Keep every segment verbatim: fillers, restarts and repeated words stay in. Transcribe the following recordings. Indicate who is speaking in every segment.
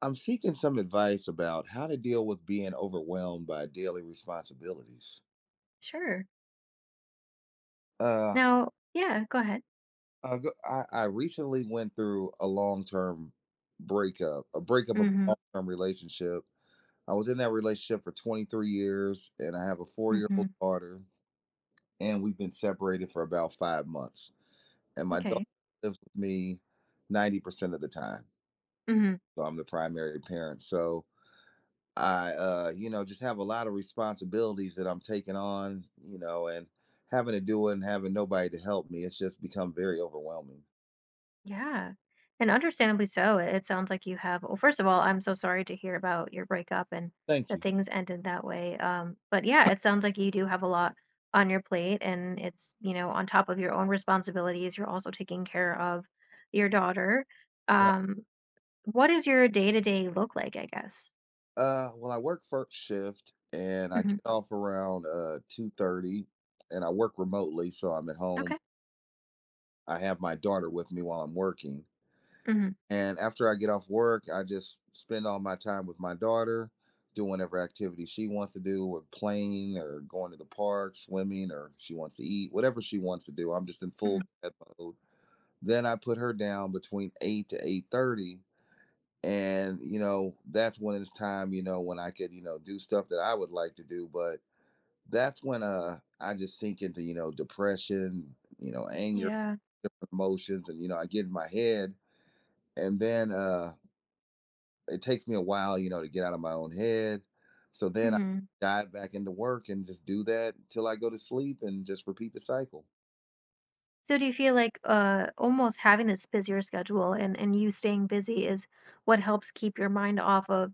Speaker 1: I'm seeking some advice about how to deal with being overwhelmed by daily responsibilities.
Speaker 2: Sure.
Speaker 1: Uh,
Speaker 2: Now, yeah, go ahead.
Speaker 1: I, go- I I recently went through a long term breakup, a breakup of a
Speaker 2: Mhm.
Speaker 1: long term relationship. I was in that relationship for twenty-three years, and I have a four year old
Speaker 2: Mhm.
Speaker 1: daughter, and we've been separated for about five months. And my
Speaker 2: Okay.
Speaker 1: daughter lives with me ninety percent of the time.
Speaker 2: Mhm.
Speaker 1: So I'm the primary parent. So I, uh, you know, just have a lot of responsibilities that I'm taking on, you know, and having to do it and having nobody to help me. It's just become very overwhelming.
Speaker 2: Yeah. And understandably so. It it sounds like you have well, first of all, I'm so sorry to hear about your breakup and
Speaker 1: Thank
Speaker 2: that
Speaker 1: you.
Speaker 2: things ended that way. Um, but yeah, it sounds like you do have a lot on your plate and it's, you know, on top of your own responsibilities, you're also taking care of your daughter.
Speaker 1: Right.
Speaker 2: Um, what does your day-to-day look like, I guess?
Speaker 1: Uh, well, I work first shift and I get
Speaker 2: Mhm.
Speaker 1: off around uh two thirty, and I work remotely, so I'm at home.
Speaker 2: Okay.
Speaker 1: I have my daughter with me while I'm working.
Speaker 2: Mhm.
Speaker 1: And after I get off work, I just spend all my time with my daughter, doing whatever activity she wants to do, with playing or going to the park, swimming, or she wants to eat, whatever she wants to do. I'm just in full
Speaker 2: Mhm.
Speaker 1: dad mode. Then I put her down between eight to eight thirty, and you know that's when it's time. You know when I could you know do stuff that I would like to do, but that's when uh I just sink into you know depression, you know anger,
Speaker 2: Yeah.
Speaker 1: different emotions, and you know I get in my head, and then uh it takes me a while, you know, to get out of my own head. So then I
Speaker 2: Mhm.
Speaker 1: dive back into work and just do that till I go to sleep and just repeat the cycle.
Speaker 2: So do you feel like, uh, almost having this busier schedule and and you staying busy is what helps keep your mind off of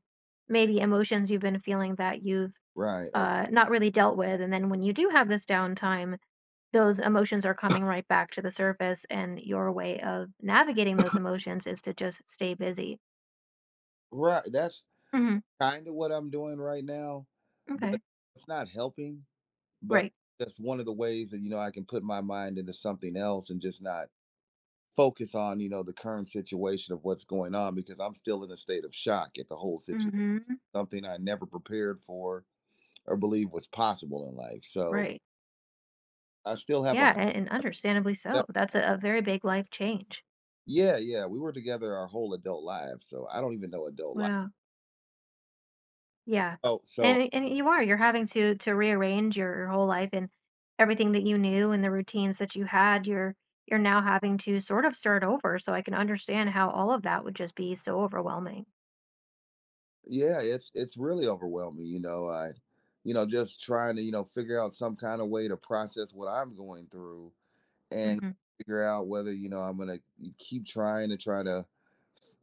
Speaker 2: maybe emotions you've been feeling that you've,
Speaker 1: Right. Okay.
Speaker 2: uh, not really dealt with, and then when you do have this downtime, those emotions are coming right back to the surface, and your way of navigating those emotions is to just stay busy.
Speaker 1: Right. That's
Speaker 2: Mhm.
Speaker 1: kind of what I'm doing right now, but
Speaker 2: Okay.
Speaker 1: it's not helping. But
Speaker 2: Right.
Speaker 1: that's one of the ways that, you know, I can put my mind into something else and just not focus on, you know, the current situation of what's going on because I'm still in a state of shock at the whole situation,
Speaker 2: Mhm.
Speaker 1: something I never prepared for or believed was possible in life. So
Speaker 2: Right.
Speaker 1: I still have a
Speaker 2: Yeah, a and understandably so. That's a a very big life change.
Speaker 1: yeah, yeah, we were together our whole adult lives, so I don't even know adult life.
Speaker 2: Wow. Yeah.
Speaker 1: Oh, so
Speaker 2: And and you are, you're having to to rearrange your your whole life and everything that you knew and the routines that you had, you're you're now having to sort of start over. So I can understand how all of that would just be so overwhelming.
Speaker 1: yeah, it's it's really overwhelming, you know, I you know, just trying to, you know, figure out some kind of way to process what I'm going through and
Speaker 2: Hmm.
Speaker 1: figure out whether, you know, I'm going to keep trying to try to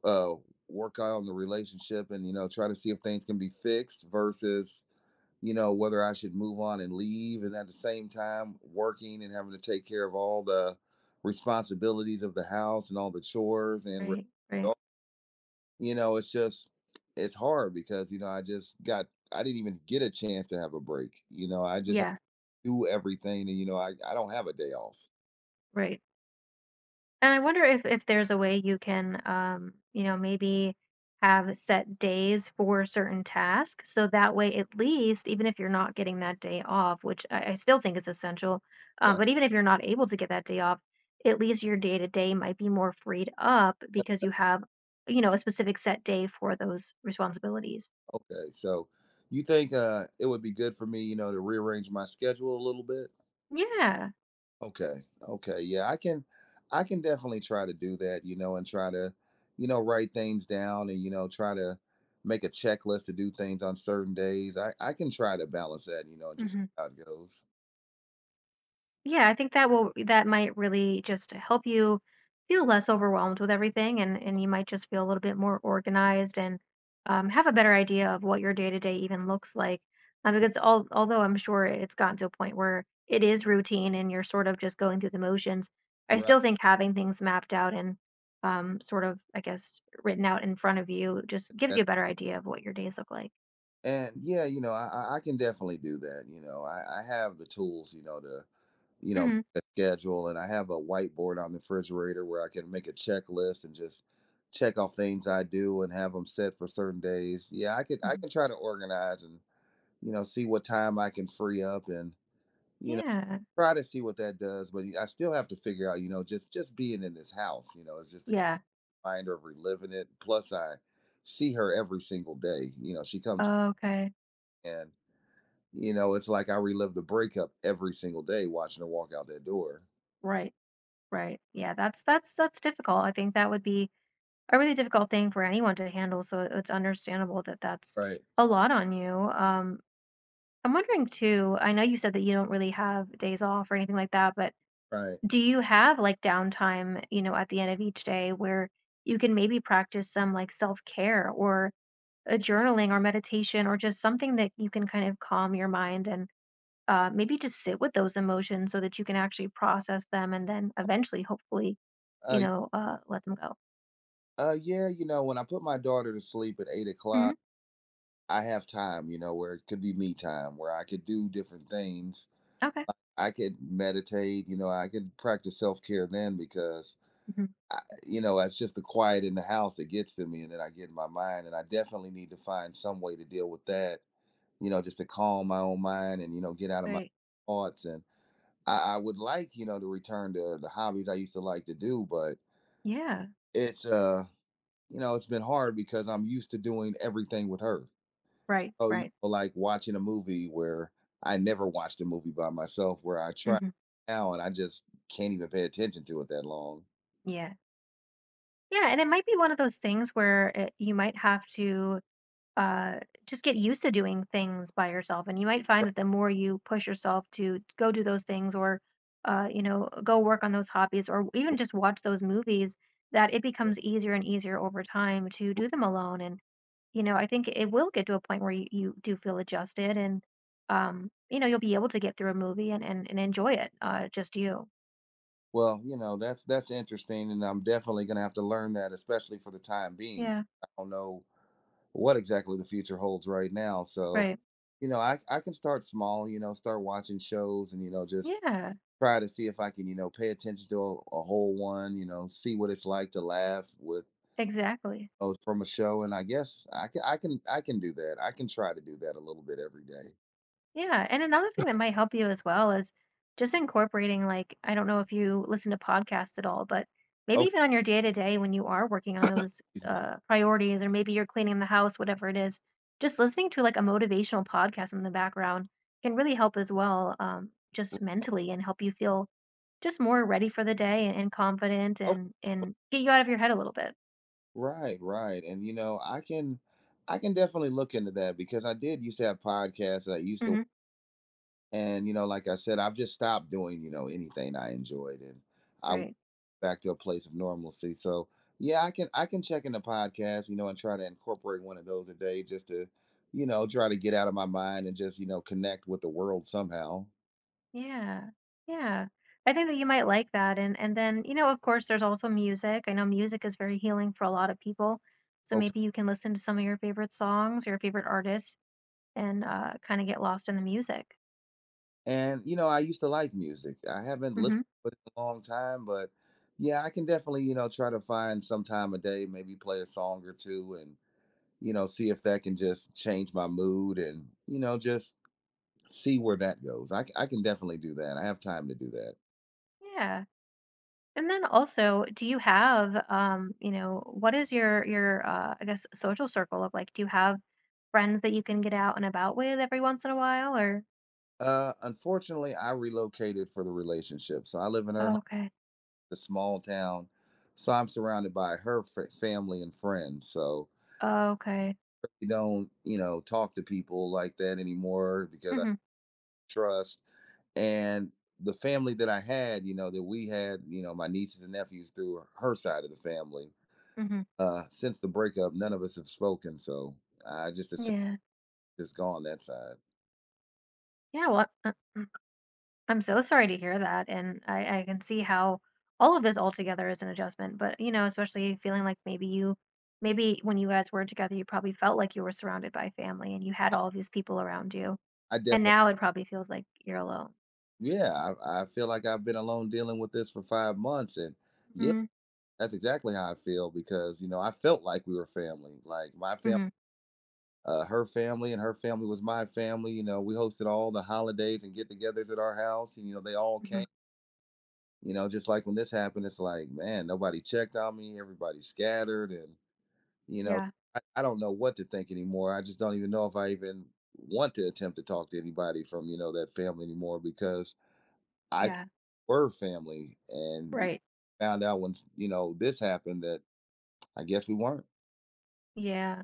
Speaker 1: uh work on the relationship and you know, try to see if things can be fixed versus you know, whether I should move on and leave, and at the same time working and having to take care of all the responsibilities of the house and all the chores and re-
Speaker 2: Right, right.
Speaker 1: oh, you know, it's just it's hard because you know I just got I didn't even get a chance to have a break. You know, I just had
Speaker 2: Yeah,
Speaker 1: to do everything, and you know I I don't have a day off.
Speaker 2: right. And I wonder if if there's a way you can, um, you know, maybe have set days for certain tasks, so that way, at least, even if you're not getting that day off, which I, I still think is essential, uh,
Speaker 1: That's
Speaker 2: but even if you're not able to get that day off, at least your day to day might be more freed up because you have, you know, a specific set day for those responsibilities.
Speaker 1: okay. So you think uh it would be good for me, you know, to rearrange my schedule a little bit?
Speaker 2: Yeah.
Speaker 1: Okay. Okay. Yeah, I can I can definitely try to do that, you know, and try to, you know, write things down and, you know, try to make a checklist to do things on certain days. I, I can try to balance that, you know, and just see
Speaker 2: Hmm.
Speaker 1: how it goes.
Speaker 2: Yeah, I think that will that might really just help you feel less overwhelmed with everything and and you might just feel a little bit more organized and um, have a better idea of what your day-to-day even looks like. Um, because all, although I'm sure it's gotten to a point where it is routine and you're sort of just going through the motions, I
Speaker 1: Right.
Speaker 2: still think having things mapped out and um, sort of, I guess, written out in front of you just gives
Speaker 1: That,
Speaker 2: you a better idea of what your days look like.
Speaker 1: and yeah, you know, I, I I can definitely do that. You know, I, I have the tools, you know, to, you know,
Speaker 2: Hmm.
Speaker 1: make a schedule and I have a whiteboard on the refrigerator where I can make a checklist and just check off things I do and have them set for certain days. Yeah, I could I
Speaker 2: Hmm.
Speaker 1: can try to organize and you know, see what time I can free up and, you know,
Speaker 2: Yeah.
Speaker 1: try to see what that does. But I still have to figure out, you know, just just being in this house, you know, it's just a
Speaker 2: Yeah.
Speaker 1: reminder of reliving it. Plus, I see her every single day. You know, she comes
Speaker 2: Okay.
Speaker 1: and, you know, it's like I relive the breakup every single day watching her walk out that door.
Speaker 2: Right. Right. Yeah, that's that's that's difficult. I think that would be a really difficult thing for anyone to handle, so it's understandable that that's
Speaker 1: Right.
Speaker 2: a lot on you. Um, I'm wondering too, I know you said that you don't really have days off or anything like that, but
Speaker 1: Right.
Speaker 2: do you have like downtime, you know, at the end of each day where you can maybe practice some like self-care or a journaling or meditation or just something that you can kind of calm your mind and uh, maybe just sit with those emotions so that you can actually process them and then eventually, hopefully, you
Speaker 1: Uh,
Speaker 2: know, uh, let them go.
Speaker 1: uh, yeah, you know, when I put my daughter to sleep at eight
Speaker 2: Hmm.
Speaker 1: o'clock, I have time, you know, where it could be me time, where I could do different things.
Speaker 2: Okay.
Speaker 1: I could meditate, you know, I could practice self care then because,
Speaker 2: Hmm.
Speaker 1: I, you know, it's just the quiet in the house that gets to me and then I get in my mind. And I definitely need to find some way to deal with that, you know, just to calm my own mind and, you know, get out of my
Speaker 2: Right.
Speaker 1: thoughts. And I, I would like, you know, to return to the hobbies I used to like to do, but
Speaker 2: Yeah.
Speaker 1: it's, uh, you know, it's been hard because I'm used to doing everything with her.
Speaker 2: Right.
Speaker 1: Oh, you
Speaker 2: Right.
Speaker 1: know, like watching a movie where I never watched a movie by myself where I try
Speaker 2: Hmm.
Speaker 1: now and I just can't even pay attention to it that long.
Speaker 2: Yeah. Yeah. And it might be one of those things where it, you might have to uh, just get used to doing things by yourself. And you might find that the more you push yourself to go do those things or, uh, you know, go work on those hobbies or even just watch those movies, that it becomes easier and easier over time to do them alone. And you know, I think it will get to a point where you, you do feel adjusted and um, you know, you'll be able to get through a movie and and, and enjoy it, uh just you.
Speaker 1: Well, you know, that's that's interesting and I'm definitely gonna have to learn that, especially for the time being.
Speaker 2: Yeah,
Speaker 1: I don't know what exactly the future holds right now. So,
Speaker 2: right.
Speaker 1: you know, I, I can start small, you know, start watching shows and, you know, just
Speaker 2: Yeah,
Speaker 1: try to see if I can, you know, pay attention to a, a whole one, you know, see what it's like to laugh with
Speaker 2: exactly.
Speaker 1: oh, from a show, and I guess I can I can I can do that. I can try to do that a little bit every day.
Speaker 2: Yeah, and another thing that might help you as well is just incorporating like I don't know if you listen to podcasts at all, but maybe
Speaker 1: Oh,
Speaker 2: even on your day to day when you are working on those uh priorities or maybe you're cleaning the house, whatever it is, just listening to like a motivational podcast in the background can really help as well, um, just mentally and help you feel just more ready for the day and, and confident
Speaker 1: oh,
Speaker 2: and and get you out of your head a little bit.
Speaker 1: right, right. And you know, I can I can definitely look into that because I did used to have podcasts that I used to
Speaker 2: Hmm.
Speaker 1: and you know, like I said, I've just stopped doing, you know, anything I enjoyed and I went
Speaker 2: Right.
Speaker 1: back to a place of normalcy. So yeah, I can I can check in the podcast, you know, and try to incorporate one of those a day just to, you know, try to get out of my mind and just, you know, connect with the world somehow.
Speaker 2: Yeah. Yeah. I think that you might like that and and then, you know, of course there's also music. I know music is very healing for a lot of people. So
Speaker 1: Okay.
Speaker 2: maybe you can listen to some of your favorite songs your favorite artists and uh kind of get lost in the music.
Speaker 1: And you know, I used to like music. I haven't
Speaker 2: Mhm.
Speaker 1: listened to it in a long time, but yeah, I can definitely, you know, try to find some time a day, maybe play a song or two and, you know, see if that can just change my mood and, you know, just see where that goes. I, c- I can definitely do that. I have time to do that.
Speaker 2: Yeah. And then also, do you have um, you know, what is your your uh I guess social circle of like do you have friends that you can get out and about with every once in a while or
Speaker 1: Uh, unfortunately, I relocated for the relationship. So I live in her
Speaker 2: Oh,
Speaker 1: home,
Speaker 2: okay.
Speaker 1: a small town. So I'm surrounded by her fa- family and friends. So
Speaker 2: Oh, okay.
Speaker 1: we don't, you know, talk to people like that anymore because I
Speaker 2: Mhm.
Speaker 1: trust. And the family that I had, you know, that we had, you know, my nieces and nephews through her side of the family.
Speaker 2: Mhm.
Speaker 1: Uh, since the breakup, none of us have spoken, so I just assume
Speaker 2: Yeah.
Speaker 1: it's gone that side.
Speaker 2: Yeah, well, uh, mm-hmm. I'm so sorry to hear that, and I I can see how all of this altogether is an adjustment, but, you know, especially feeling like maybe you maybe when you guys were together, you probably felt like you were surrounded by family and you had all these people around you,
Speaker 1: I
Speaker 2: and
Speaker 1: definitely,
Speaker 2: now it probably feels like you're alone.
Speaker 1: yeah, I, I feel like I've been alone dealing with this for five months, and yeah,
Speaker 2: Mhm,
Speaker 1: that's exactly how I feel because you know I felt like we were family, like my family,
Speaker 2: mhm,
Speaker 1: uh, her family, and her family was my family. You know, we hosted all the holidays and get-togethers at our house, and you know they all
Speaker 2: mhm.
Speaker 1: came. You know, just like when this happened, it's like, man, nobody checked on me. Everybody scattered. And, you know,
Speaker 2: Yeah,
Speaker 1: I, I don't know what to think anymore. I just don't even know if I even want to attempt to talk to anybody from, you know, that family anymore because I thought
Speaker 2: yeah,
Speaker 1: we were family and
Speaker 2: right.
Speaker 1: found out when, you know, this happened that I guess we weren't.
Speaker 2: Yeah.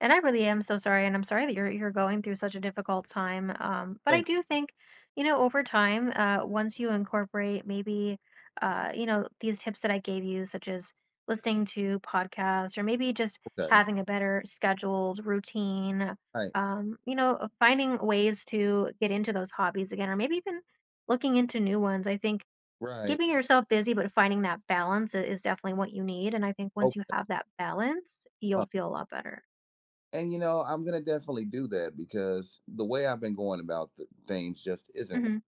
Speaker 2: And I really am so sorry, and I'm sorry that you're you're going through such a difficult time. Um, but I
Speaker 1: Thanks.
Speaker 2: do think, you know, over time, uh, once you incorporate maybe, uh, you know, these tips that I gave you, such as listening to podcasts or maybe just
Speaker 1: Okay.
Speaker 2: having a better scheduled routine,
Speaker 1: Right.
Speaker 2: um, you know, uh, finding ways to get into those hobbies again, or maybe even looking into new ones. I think
Speaker 1: Right.
Speaker 2: keeping yourself busy but finding that balance i- is definitely what you need. And I think once you
Speaker 1: Okay.
Speaker 2: have that balance,
Speaker 1: Huh.
Speaker 2: you'll feel a lot better.
Speaker 1: And, you know, I'm going to definitely do that because the way I've been going about th- things just isn't
Speaker 2: Mhm.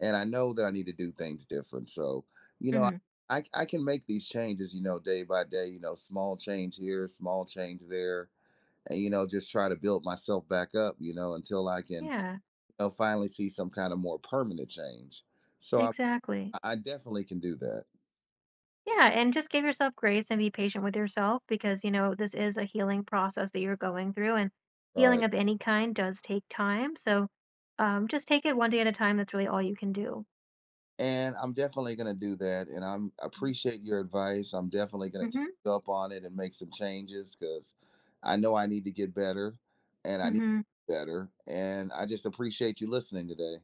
Speaker 1: and I know that I need to do things different. So, you know,
Speaker 2: Hmm.
Speaker 1: I I can make these changes, you know, day by day, you know, small change here, small change there, and you know, just try to build myself back up, you know, until I can
Speaker 2: Yeah,
Speaker 1: you know, finally see some kind of more permanent change. So I
Speaker 2: exactly.
Speaker 1: I definitely can do that.
Speaker 2: Yeah, and just give yourself grace and be patient with yourself because, you know, this is a healing process that you're going through, and
Speaker 1: Right.
Speaker 2: healing of any kind does take time. So um, just take it one day at a time. That's really all you can do.
Speaker 1: And I'm definitely going to do that. And I'm I appreciate your advice. I'm definitely going to
Speaker 2: Mm-hmm.
Speaker 1: take up on it and make some changes because I know I need to get better and I need
Speaker 2: Mm-hmm.
Speaker 1: to get better. And I just appreciate you listening today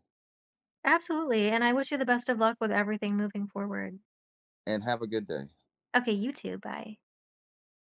Speaker 2: Absolutely. And I wish you the best of luck with everything moving forward.
Speaker 1: and have a good day.
Speaker 2: Okay, you too. Bye.